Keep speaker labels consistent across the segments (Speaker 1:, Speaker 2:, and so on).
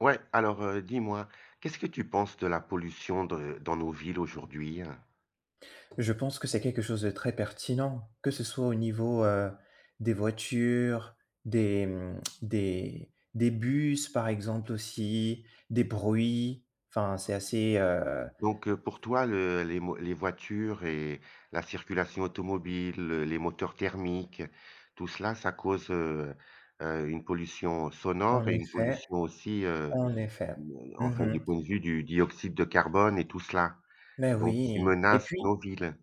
Speaker 1: Dis-moi, qu'est-ce que tu penses de la pollution de dans nos villes aujourd'hui? Hein?
Speaker 2: Je pense que c'est quelque chose de très pertinent, que ce soit au niveau, des voitures, des, mmh, des bus par exemple aussi, des bruits, enfin c'est assez,
Speaker 1: Pour toi, le les mo les voitures et la circulation automobile, les moteurs thermiques, tout cela, ça cause, une pollution sonore
Speaker 2: en
Speaker 1: et une
Speaker 2: effet,
Speaker 1: pollution aussi,
Speaker 2: en effet.
Speaker 1: enfin,
Speaker 2: Mmh.
Speaker 1: du point de vue du dioxyde de carbone et tout cela,
Speaker 2: Mais
Speaker 1: donc qui
Speaker 2: oui et
Speaker 1: menace
Speaker 2: puis
Speaker 1: nos villes.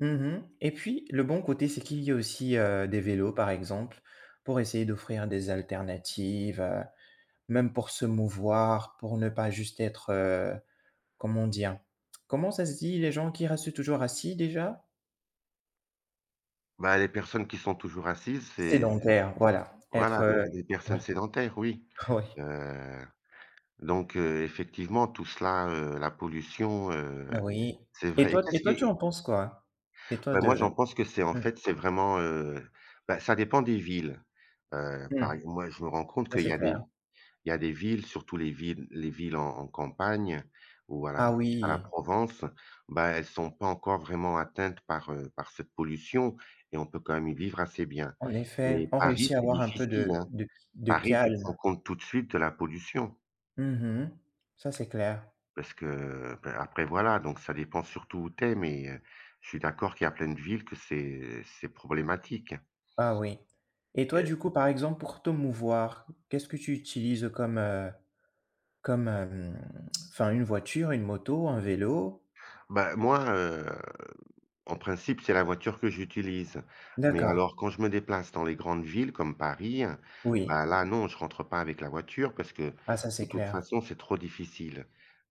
Speaker 2: mmh le bon côté, c'est qu'il y a aussi, des vélos par exemple pour essayer d'offrir des alternatives, même pour se mouvoir, pour ne pas juste être, comment dire? Comment ça se dit les gens qui restent toujours assis déjà?
Speaker 1: Bah, les personnes qui sont toujours assises, c'est
Speaker 2: Sédentaire, voilà, être,
Speaker 1: voilà, des des personnes
Speaker 2: voilà,
Speaker 1: sédentaires, oui.
Speaker 2: oui,
Speaker 1: heu Effectivement, tout cela, la pollution,
Speaker 2: oui
Speaker 1: c'est
Speaker 2: et
Speaker 1: vrai. Et
Speaker 2: toi et
Speaker 1: qu'est-ce
Speaker 2: toi tu
Speaker 1: qui
Speaker 2: en penses quoi? Et toi
Speaker 1: bah, moi, j'en
Speaker 2: de
Speaker 1: pense que c'est, en
Speaker 2: Mmh,
Speaker 1: fait, c'est vraiment, bah, ça dépend des villes.
Speaker 2: mmh,
Speaker 1: Par moi, je me rends compte
Speaker 2: ça
Speaker 1: qu'il y
Speaker 2: c'est
Speaker 1: a
Speaker 2: clair.
Speaker 1: des il y a des villes, surtout les villes en en campagne ou
Speaker 2: Ah
Speaker 1: à la
Speaker 2: oui,
Speaker 1: Provence, bah, elles sont pas encore vraiment atteintes par, par cette pollution, et on peut quand même y vivre assez bien.
Speaker 2: en effet,
Speaker 1: Mais
Speaker 2: on
Speaker 1: Paris,
Speaker 2: réussit à
Speaker 1: c'est
Speaker 2: avoir un peu
Speaker 1: difficile,
Speaker 2: de
Speaker 1: hein.
Speaker 2: de de
Speaker 1: Paris, tu te rends
Speaker 2: calme.
Speaker 1: compte tout de suite de la pollution.
Speaker 2: Mmh. Ça c'est clair.
Speaker 1: Parce que, bah, après voilà, donc ça dépend surtout où t'es, mais je suis d'accord qu'il y a plein de villes que c'est problématique.
Speaker 2: Ah oui et toi
Speaker 1: Et
Speaker 2: du coup par exemple pour te mouvoir, qu'est-ce que tu utilises comme, comme, hem, enfin une voiture, une moto, un vélo?
Speaker 1: bah, moi, en principe, c'est la voiture que j'utilise. Mais
Speaker 2: D'accord,
Speaker 1: alors quand je me déplace dans les grandes villes comme Paris,
Speaker 2: oui.
Speaker 1: bah, là non, je rentre pas avec la voiture parce que
Speaker 2: Ah ça,
Speaker 1: de
Speaker 2: c'est
Speaker 1: toute
Speaker 2: clair.
Speaker 1: façon, c'est trop difficile.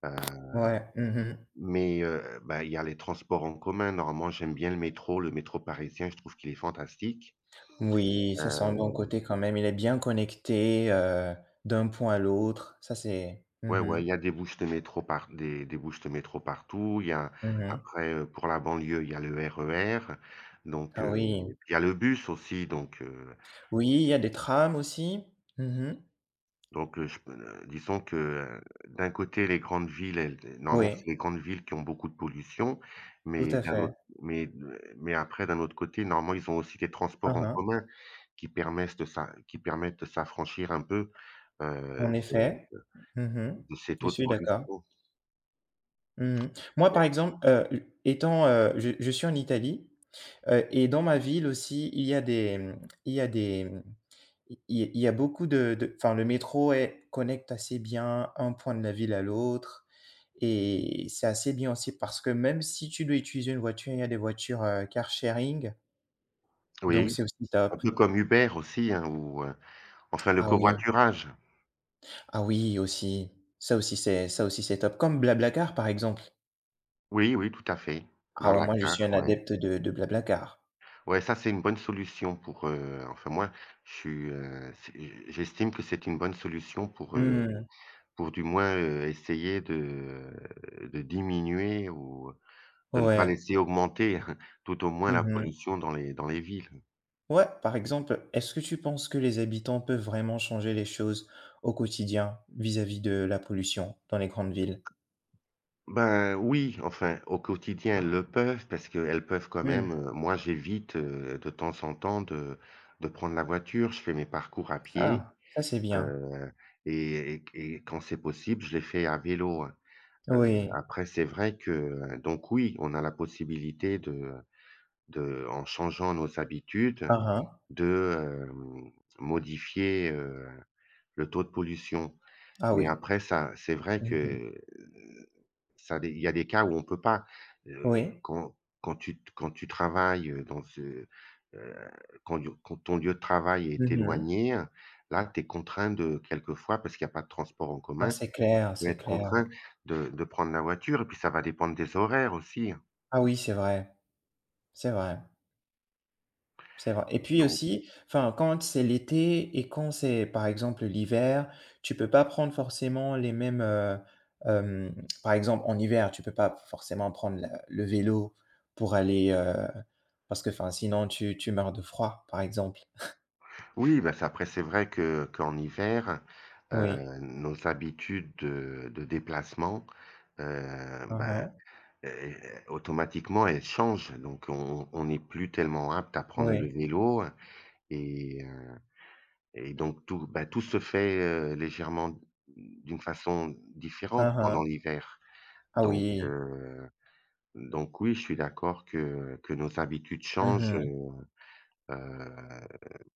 Speaker 1: Heu,
Speaker 2: Ouais. Mmh.
Speaker 1: mais bah, il y a les transports en commun. Normalement, j'aime bien le métro. Le métro parisien, je trouve qu'il est fantastique.
Speaker 2: Oui, ça c'est un
Speaker 1: Heu
Speaker 2: bon côté quand même. Il est bien connecté, d'un point à l'autre. Ça c'est mmh
Speaker 1: Ouais, ouais,
Speaker 2: mh.
Speaker 1: il y a des bouches de métro par des bouches de métro partout. Il y a
Speaker 2: Mmh.
Speaker 1: après, pour la banlieue, il y a le RER,
Speaker 2: Ah oui.
Speaker 1: puis il y a le bus aussi,
Speaker 2: Oui, il y a des trams aussi. Mmh.
Speaker 1: donc je p disons que, d'un côté, les grandes villes, elles normalement,
Speaker 2: Oui,
Speaker 1: c'est les grandes villes qui ont beaucoup de pollution,
Speaker 2: tout
Speaker 1: mais
Speaker 2: à
Speaker 1: d'un
Speaker 2: fait.
Speaker 1: autre mais mais après, d'un autre côté, normalement, ils ont aussi des transports
Speaker 2: Hein,
Speaker 1: en
Speaker 2: hein.
Speaker 1: commun qui permettent de s'affranchir un peu,
Speaker 2: En
Speaker 1: heu, de
Speaker 2: effet. Mmh.
Speaker 1: de ces
Speaker 2: Je
Speaker 1: taux de
Speaker 2: suis d'accord.
Speaker 1: pollution.
Speaker 2: Mmh. Moi, par exemple, étant, je suis en Italie, et dans ma ville aussi, il y a des, mmh, il y a des, mmh Il y a beaucoup de enfin, le métro est connecte assez bien un point de la ville à l'autre et c'est assez bien aussi parce que même si tu dois utiliser une voiture, il y a des voitures, car sharing, donc
Speaker 1: Oui.
Speaker 2: c'est aussi
Speaker 1: Un
Speaker 2: top.
Speaker 1: peu comme Uber aussi, hein, ou, enfin le
Speaker 2: Ah oui,
Speaker 1: covoiturage.
Speaker 2: ah oui aussi, ça aussi c'est top, comme BlaBlaCar par exemple.
Speaker 1: Oui, oui, tout à fait, dans
Speaker 2: Ah ouais,
Speaker 1: la
Speaker 2: moi je
Speaker 1: car,
Speaker 2: suis un
Speaker 1: ouais.
Speaker 2: adepte de BlaBlaCar.
Speaker 1: Ouais, ça c'est une bonne solution pour, enfin moi, je suis, c'est j'estime que c'est une bonne solution
Speaker 2: Mmh,
Speaker 1: pour du moins, essayer de diminuer ou de ne pas
Speaker 2: ouais.
Speaker 1: laisser augmenter tout au moins la
Speaker 2: Mmh.
Speaker 1: pollution dans les villes.
Speaker 2: Ouais, par exemple, est-ce que tu penses que les habitants peuvent vraiment changer les choses au quotidien vis-à-vis de la pollution dans les grandes villes?
Speaker 1: Ben, oui, enfin, au quotidien, elles le peuvent parce qu'elles peuvent quand même,
Speaker 2: Mmh.
Speaker 1: moi, j'évite, de temps en temps de prendre la voiture. Je fais mes parcours à pied,
Speaker 2: Ah, ça c'est bien.
Speaker 1: heu et quand c'est possible, je les fais à vélo, hein.
Speaker 2: Oui.
Speaker 1: Après, c'est vrai que donc oui, on a la possibilité de en changeant nos habitudes,
Speaker 2: Ah, ah.
Speaker 1: de, hem, modifier, le taux de pollution.
Speaker 2: Ah
Speaker 1: Mais
Speaker 2: oui.
Speaker 1: après ça, c'est vrai
Speaker 2: Mmh.
Speaker 1: que Ça des il y a des cas où on peut pas,
Speaker 2: Oui.
Speaker 1: quand quand tu travailles, dans ce heu, quand lieu quand ton lieu de travail est
Speaker 2: Mmh.
Speaker 1: éloigné, hein, là, tu es contraint de quelquefois, parce qu'il y a pas de transport en
Speaker 2: Ah,
Speaker 1: commun,
Speaker 2: c'est
Speaker 1: tu
Speaker 2: clair,
Speaker 1: peux
Speaker 2: c'est
Speaker 1: être
Speaker 2: clair.
Speaker 1: contraint de prendre la voiture, et puis ça va dépendre des horaires aussi, hein.
Speaker 2: Ah oui, c'est vrai, c'est vrai. C'est vrai et puis
Speaker 1: Donc
Speaker 2: aussi, enfin, quand c'est l'été et quand c'est, par exemple, l'hiver, tu peux pas prendre forcément les mêmes, hem, par exemple, en hiver, tu peux pas forcément prendre la le vélo pour aller, parce que, enfin, sinon tu meurs de froid, par exemple.
Speaker 1: oui, bah, c'est après c'est vrai que qu'en hiver,
Speaker 2: Oui.
Speaker 1: nos habitudes de déplacement, heu,
Speaker 2: Mmh
Speaker 1: bah
Speaker 2: mh.
Speaker 1: Heu, automatiquement, elle change, donc on n'est plus tellement apte à prendre le
Speaker 2: Oui.
Speaker 1: vélo et heu et donc tout, bah, tout se fait, légèrement d'une façon différente
Speaker 2: Mmh mh.
Speaker 1: pendant l'hiver.
Speaker 2: Ah
Speaker 1: Donc
Speaker 2: oui.
Speaker 1: heu, donc oui, je suis d'accord que nos habitudes changent,
Speaker 2: Mhm.
Speaker 1: heu,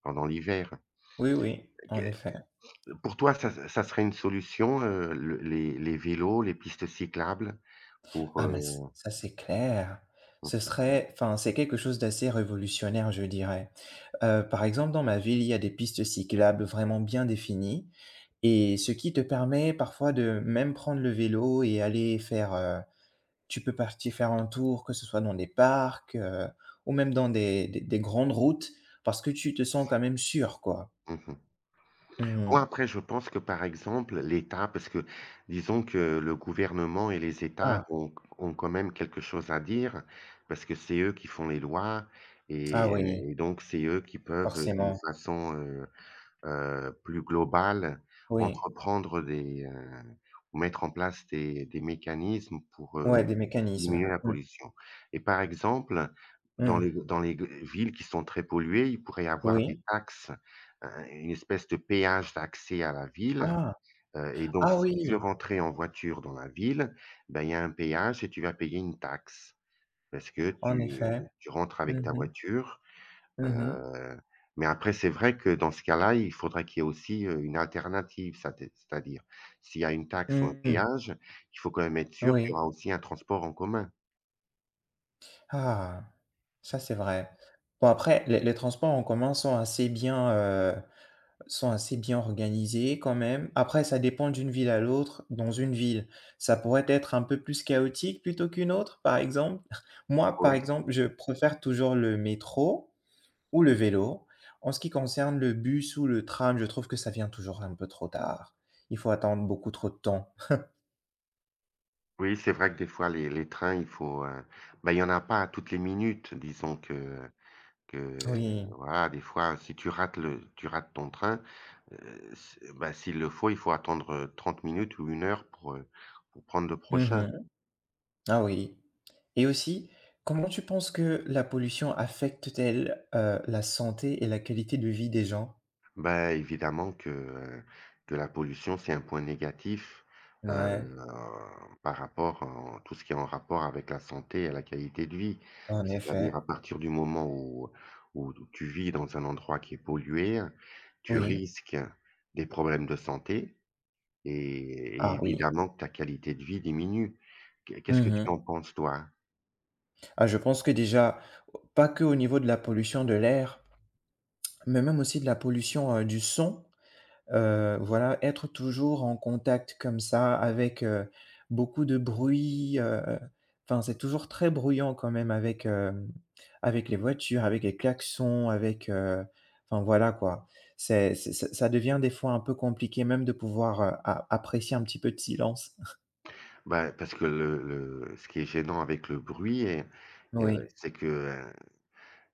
Speaker 1: pendant l'hiver.
Speaker 2: Oui, oui,
Speaker 1: Qu
Speaker 2: en effet.
Speaker 1: Pour toi, ça serait une solution, le les vélos, les pistes cyclables pour,
Speaker 2: Ah mais ç
Speaker 1: heu?
Speaker 2: ça, c'est clair. Ce
Speaker 1: Mmh.
Speaker 2: serait enfin, c'est quelque chose d'assez révolutionnaire, je dirais. Par exemple, dans ma ville, il y a des pistes cyclables vraiment bien définies et ce qui te permet parfois de même prendre le vélo et aller faire, tu peux partir faire un tour, que ce soit dans des parcs, ou même dans des grandes routes parce que tu te sens quand même sûr, quoi.
Speaker 1: Mmh. Ouais,
Speaker 2: Mmh.
Speaker 1: après, je pense que, par exemple, l'État parce que disons que le gouvernement et les États
Speaker 2: Ah,
Speaker 1: ont ont quand même quelque chose à dire, parce que c'est eux qui font les lois
Speaker 2: ah
Speaker 1: et
Speaker 2: oui,
Speaker 1: et donc c'est eux qui peuvent, d'une
Speaker 2: forcément.
Speaker 1: façon, plus globale,
Speaker 2: Oui.
Speaker 1: entreprendre des, ou mettre en place des mécanismes pour,
Speaker 2: Ouais, des
Speaker 1: diminuer
Speaker 2: mécanismes.
Speaker 1: la
Speaker 2: Mmh.
Speaker 1: pollution. Et par exemple,
Speaker 2: Mmh.
Speaker 1: dans les g villes qui sont très polluées, il pourrait y avoir
Speaker 2: Oui.
Speaker 1: des taxes, une espèce de péage d'accès à la ville,
Speaker 2: Ah!
Speaker 1: et donc
Speaker 2: Ah
Speaker 1: si tu veux
Speaker 2: oui!
Speaker 1: rentrer en voiture dans la ville, ben, il y a un péage et tu vas payer une taxe parce que
Speaker 2: En
Speaker 1: tu
Speaker 2: effet.
Speaker 1: tu rentres
Speaker 2: Mmh
Speaker 1: avec ta
Speaker 2: mh.
Speaker 1: voiture.
Speaker 2: Mmh.
Speaker 1: Heu, mais après c'est vrai que dans ce cas-là, il faudrait qu'il y ait aussi, une alternative, ça c'est-à-dire s'il y a une taxe ou un
Speaker 2: Mmh.
Speaker 1: péage, il faut quand même être sûr qu'il y
Speaker 2: Oui.
Speaker 1: aura aussi un transport en commun.
Speaker 2: Ah! Ça, c'est vrai. Bon, après, les transports en commun sont assez bien organisés quand même. Après, ça dépend d'une ville à l'autre. Dans une ville, ça pourrait être un peu plus chaotique plutôt qu'une autre, par exemple. Moi, par
Speaker 1: Oui,
Speaker 2: exemple, je préfère toujours le métro ou le vélo. En ce qui concerne le bus ou le tram, je trouve que ça vient toujours un peu trop tard. Il faut attendre beaucoup trop de temps.
Speaker 1: oui, c'est vrai que des fois les trains, il faut, bah, il y en a pas à toutes les minutes. Disons que
Speaker 2: Oui.
Speaker 1: voilà, des fois, si tu rates ton train, s bah, s'il le faut, il faut attendre, 30 minutes ou une heure pour prendre le prochain.
Speaker 2: Mmh. Ah oui. Et aussi, comment tu penses que la pollution affecte-t-elle, la santé et la qualité de vie des gens?
Speaker 1: Bah, évidemment que, la pollution, c'est un point négatif,
Speaker 2: Ouais,
Speaker 1: heu, par rapport en tout ce qui est en rapport avec la santé et la qualité de vie.
Speaker 2: en
Speaker 1: C'est-à-dire à
Speaker 2: effet.
Speaker 1: partir du moment où tu vis dans un endroit qui est pollué, tu
Speaker 2: Oui.
Speaker 1: risques des problèmes de santé et
Speaker 2: Ah oui.
Speaker 1: évidemment que ta qualité de vie diminue. Qu'est-ce que tu
Speaker 2: Mmh.
Speaker 1: en penses toi?
Speaker 2: Ah, je pense que déjà, pas que au niveau de la pollution de l'air, mais même aussi de la pollution, du son. Voilà, être toujours en contact comme ça avec, beaucoup de bruit, enfin, c'est toujours très bruyant quand même avec, avec les voitures, avec les klaxons, avec, enfin voilà quoi. C'est ça ça devient des fois un peu compliqué même de pouvoir, a apprécier un petit peu de silence.
Speaker 1: Bah, parce que le ce qui est gênant avec le bruit et
Speaker 2: Oui,
Speaker 1: c'est que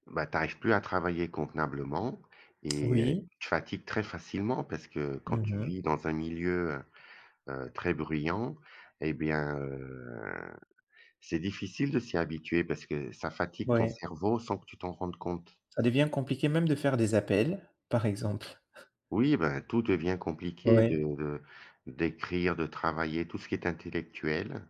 Speaker 1: bah, tu arrives plus à travailler convenablement et
Speaker 2: oui,
Speaker 1: tu fatigues très facilement parce que quand tu
Speaker 2: mmh
Speaker 1: vis dans un milieu, très bruyant et bien, c'est difficile de s'y habituer parce que ça fatigue ton
Speaker 2: oui,
Speaker 1: cerveau sans que tu t'en rendes compte.
Speaker 2: ça devient compliqué même de faire des appels, par exemple.
Speaker 1: Oui, ben, tout devient compliqué
Speaker 2: Oui,
Speaker 1: de d'écrire, de travailler, tout ce qui est intellectuel.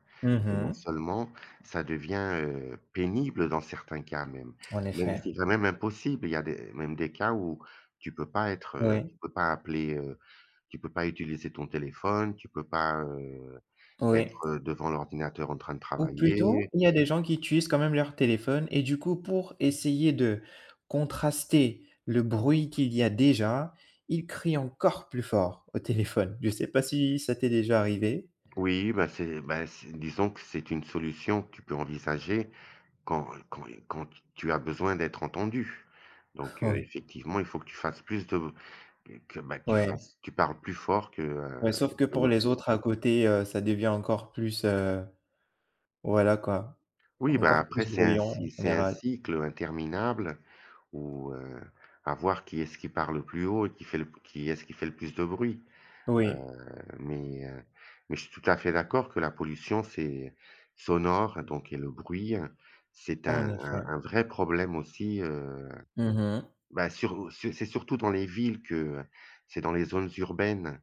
Speaker 1: Et non
Speaker 2: mmh
Speaker 1: seulement ça devient, pénible dans certains cas même.
Speaker 2: en
Speaker 1: Même
Speaker 2: effet.
Speaker 1: c'est quand même impossible. Il y a des même des cas où tu peux pas être,
Speaker 2: Oui,
Speaker 1: tu peux pas appeler, tu peux pas utiliser ton téléphone, tu peux pas,
Speaker 2: oui.
Speaker 1: être, devant l'ordinateur en train de
Speaker 2: Ou plutôt,
Speaker 1: travailler.
Speaker 2: il y a des gens qui utilisent quand même leur téléphone et du coup, pour essayer de contraster le bruit qu'il y a déjà, ils crient encore plus fort au téléphone. Je sais pas si ça t'est déjà arrivé?
Speaker 1: Oui, bah, c'est disons que c'est une solution que tu peux envisager quand quand tu as besoin d'être entendu.
Speaker 2: Ouais,
Speaker 1: Effectivement, il faut que tu fasses plus de que, bah, que
Speaker 2: ouais,
Speaker 1: tu parles plus fort
Speaker 2: ouais, sauf que
Speaker 1: que
Speaker 2: pour
Speaker 1: le
Speaker 2: les
Speaker 1: bruit.
Speaker 2: autres à côté, ça devient encore plus, voilà quoi,
Speaker 1: Oui, bah,
Speaker 2: encore
Speaker 1: après
Speaker 2: plus
Speaker 1: c'est un
Speaker 2: bruyant en
Speaker 1: cy c'est un
Speaker 2: général.
Speaker 1: cycle interminable où, à voir qui est-ce qui parle le plus haut et qui est-ce qui fait le plus de bruit.
Speaker 2: Oui,
Speaker 1: Heu, mais, heu, mais je suis tout à fait d'accord que la pollution, c'est sonore, donc et le bruit, c'est
Speaker 2: en
Speaker 1: un un
Speaker 2: effet.
Speaker 1: un vrai problème aussi,
Speaker 2: Mmh mh.
Speaker 1: bah, sur c'est surtout dans les villes que c'est dans les zones urbaines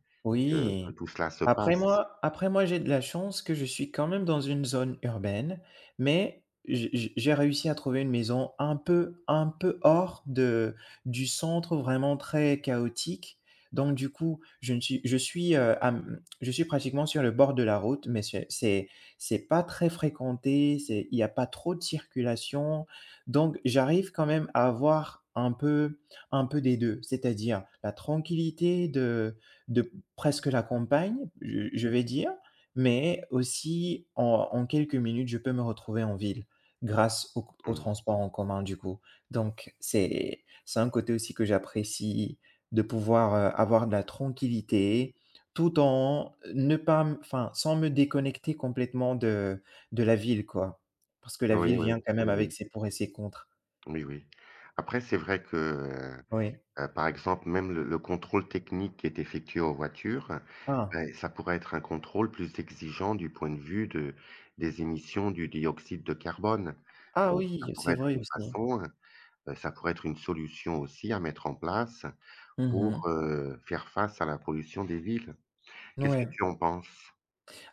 Speaker 2: Oui.
Speaker 1: que tout cela se
Speaker 2: Après
Speaker 1: passe.
Speaker 2: moi après moi, j'ai de la chance que je suis quand même dans une zone urbaine, mais j'ai réussi à trouver une maison un peu hors de du centre, vraiment très chaotique. Donc du coup, je ne suis je suis, à mmh, je suis pratiquement sur le bord de la route, mais c'est c'est pas très fréquenté, c'est il y a pas trop de circulation, donc j'arrive quand même à avoir un peu des 2, c'est-à-dire la tranquillité de presque la campagne, je vais dire, mais aussi en quelques minutes, je peux me retrouver en ville grâce au
Speaker 1: Mmh.
Speaker 2: transport en commun du coup. Donc c'est un côté aussi que j'apprécie de pouvoir, avoir de la tranquillité tout en ne pas m enfin, sans me déconnecter complètement de la ville quoi. Parce que la
Speaker 1: Oui,
Speaker 2: ville
Speaker 1: oui,
Speaker 2: vient quand
Speaker 1: oui,
Speaker 2: même avec
Speaker 1: oui.
Speaker 2: ses pour et ses contre.
Speaker 1: Oui, oui. Après c'est vrai que,
Speaker 2: Oui.
Speaker 1: Par exemple, même le contrôle technique qui est effectué aux voitures,
Speaker 2: Ah!
Speaker 1: beh, ça pourrait être un contrôle plus exigeant du point de vue de des émissions du dioxyde de carbone.
Speaker 2: Ah
Speaker 1: Donc ça
Speaker 2: oui, c'est
Speaker 1: pourrait être
Speaker 2: vrai
Speaker 1: une
Speaker 2: aussi.
Speaker 1: façon, ça pourrait être une solution aussi à mettre en place
Speaker 2: Mmh.
Speaker 1: pour, faire face à la pollution des villes. Qu'est-ce que
Speaker 2: Ouais.
Speaker 1: tu en penses?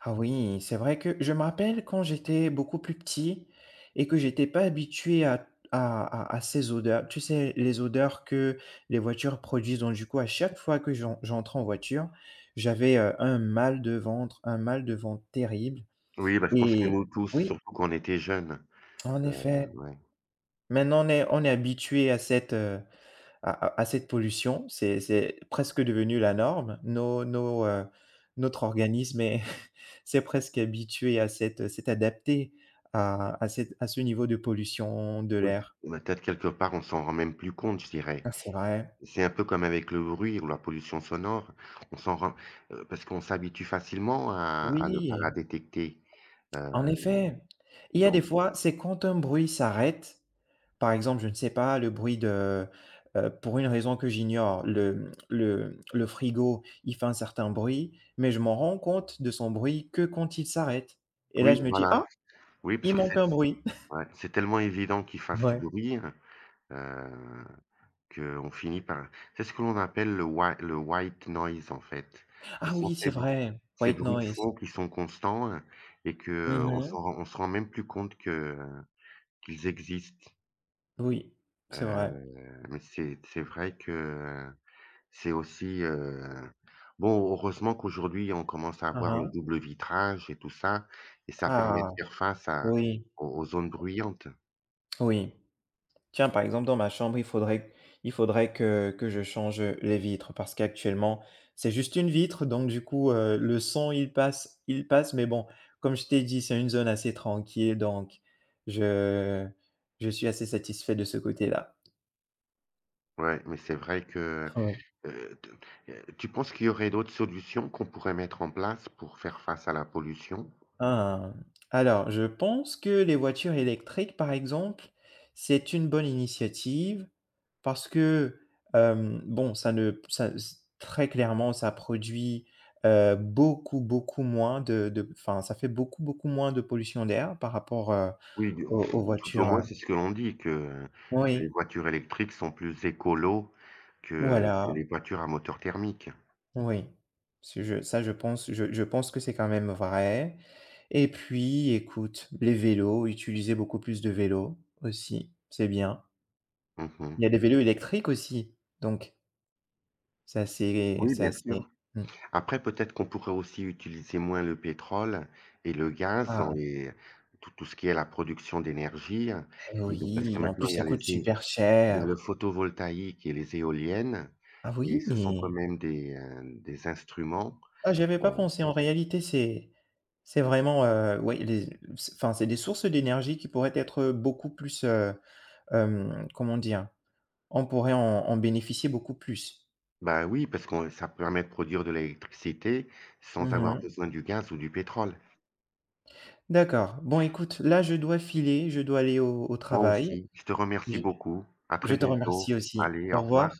Speaker 2: Ah oui, c'est vrai que je me rappelle quand j'étais beaucoup plus petit et que j'étais pas habitué à ces odeurs. Tu sais, les odeurs que les voitures produisent. Donc du coup, à chaque fois que j'entrais en voiture, j'avais, un mal de ventre, un mal de ventre terrible
Speaker 1: Oui, bah, je pense que
Speaker 2: et
Speaker 1: nous tous,
Speaker 2: oui,
Speaker 1: surtout quand on était jeunes,
Speaker 2: en
Speaker 1: heu,
Speaker 2: effet.
Speaker 1: ouais.
Speaker 2: Maintenant on est habitué à cette pollution. C'est presque devenu la norme. Notre organisme est c'est presque habitué à cette s'est adapté à cette à ce niveau de pollution de
Speaker 1: Oui,
Speaker 2: l'air.
Speaker 1: peut-être quelque part, on s'en rend même plus compte, je dirais.
Speaker 2: Ah, c'est vrai.
Speaker 1: C'est un peu comme avec le bruit ou la pollution sonore. On s'en rend parce qu'on s'habitue facilement à ne pas la
Speaker 2: Oui,
Speaker 1: détecter,
Speaker 2: en
Speaker 1: heu,
Speaker 2: effet. Il y a des
Speaker 1: donc
Speaker 2: fois, c'est quand un bruit s'arrête, par exemple, je ne sais pas, le bruit de, pour une raison que j'ignore, le frigo, il fait un certain bruit, mais je m'en rends compte de son bruit que quand il s'arrête et là,
Speaker 1: oui,
Speaker 2: je me dis:
Speaker 1: voilà.
Speaker 2: «Ah,
Speaker 1: Oui, parce
Speaker 2: il
Speaker 1: que
Speaker 2: manque
Speaker 1: c'est
Speaker 2: un bruit».
Speaker 1: ouais, c'est tellement évident qu'il fasse du
Speaker 2: Ouais.
Speaker 1: bruit, heu, qu'on finit par c'est ce que l'on appelle le white noise, en fait. Ce
Speaker 2: Ah
Speaker 1: sont
Speaker 2: oui, c'est vrai,
Speaker 1: ces
Speaker 2: white
Speaker 1: bruits de
Speaker 2: noise.
Speaker 1: fond qui sont constants, et qu'on
Speaker 2: Mmh.
Speaker 1: s'en rend on se rend même plus compte que qu'ils existent,
Speaker 2: Oui, c'est vrai.
Speaker 1: heu, mais c'est vrai que c'est aussi, bon, heureusement qu'aujourd'hui, on commence à
Speaker 2: Hein
Speaker 1: avoir le
Speaker 2: hein.
Speaker 1: double vitrage et tout ça et ça permet
Speaker 2: Ah
Speaker 1: de faire face à
Speaker 2: oui,
Speaker 1: aux zones bruyantes.
Speaker 2: oui. Tiens, par exemple, dans ma chambre, il faudrait que je change, les vitres parce qu'actuellement, c'est juste une vitre donc du coup, le son il passe mais bon, comme je t'ai dit, c'est une zone assez tranquille donc je je suis assez satisfait de ce côté-là.
Speaker 1: Ouais, mais c'est vrai que,
Speaker 2: Oui.
Speaker 1: t tu penses qu'il y aurait d'autres solutions qu'on pourrait mettre en place pour faire face à la pollution?
Speaker 2: Ah, alors je pense que les voitures électriques, par exemple, c'est une bonne initiative parce que, bon, ça ne ça très clairement, ça produit, beaucoup, beaucoup moins de enfin, ça fait beaucoup, beaucoup moins de pollution d'air par rapport,
Speaker 1: Oui, du
Speaker 2: aux
Speaker 1: tout au
Speaker 2: voitures,
Speaker 1: moins, c'est ce que l'on dit que les
Speaker 2: oui,
Speaker 1: voitures électriques sont plus écolos que les
Speaker 2: voilà,
Speaker 1: voitures à moteur thermique.
Speaker 2: oui. Je pense que c'est quand même vrai et puis écoute, les vélos, utiliser beaucoup plus de vélos aussi, c'est bien.
Speaker 1: Mmh.
Speaker 2: Il y a les vélos électriques aussi, donc c'est assez
Speaker 1: Oui,
Speaker 2: c'est
Speaker 1: bien
Speaker 2: assez
Speaker 1: sûr.
Speaker 2: mmh.
Speaker 1: Après, peut-être qu'on pourrait aussi utiliser moins le pétrole et le gaz
Speaker 2: Ah
Speaker 1: dans les tout ce qui est la production d'énergie.
Speaker 2: beh
Speaker 1: Et donc parce que
Speaker 2: oui, en
Speaker 1: maintenant
Speaker 2: plus
Speaker 1: il y
Speaker 2: ça
Speaker 1: a
Speaker 2: coûte
Speaker 1: les é
Speaker 2: super
Speaker 1: il y a le
Speaker 2: cher.
Speaker 1: photovoltaïque et les éoliennes,
Speaker 2: Ah
Speaker 1: et ce sont quand
Speaker 2: oui!
Speaker 1: même des instruments,
Speaker 2: Ah j'y avais
Speaker 1: euh,
Speaker 2: pas pensé, en réalité c'est vraiment, oui les c enfin c'est des sources d'énergie qui pourraient être, beaucoup plus, comment dire? On pourrait en bénéficier beaucoup plus.
Speaker 1: bah, oui, parce qu'on ça permet de produire de l'électricité sans
Speaker 2: Mmh
Speaker 1: avoir
Speaker 2: mh.
Speaker 1: besoin du gaz ou du pétrole.
Speaker 2: D'accord. Bon écoute, là je dois filer, je dois aller au
Speaker 1: Moi
Speaker 2: travail.
Speaker 1: aussi, je te remercie
Speaker 2: Je
Speaker 1: beaucoup. À très
Speaker 2: je te
Speaker 1: bientôt.
Speaker 2: remercie aussi.
Speaker 1: Allez, au
Speaker 2: Au revoir.
Speaker 1: revoir.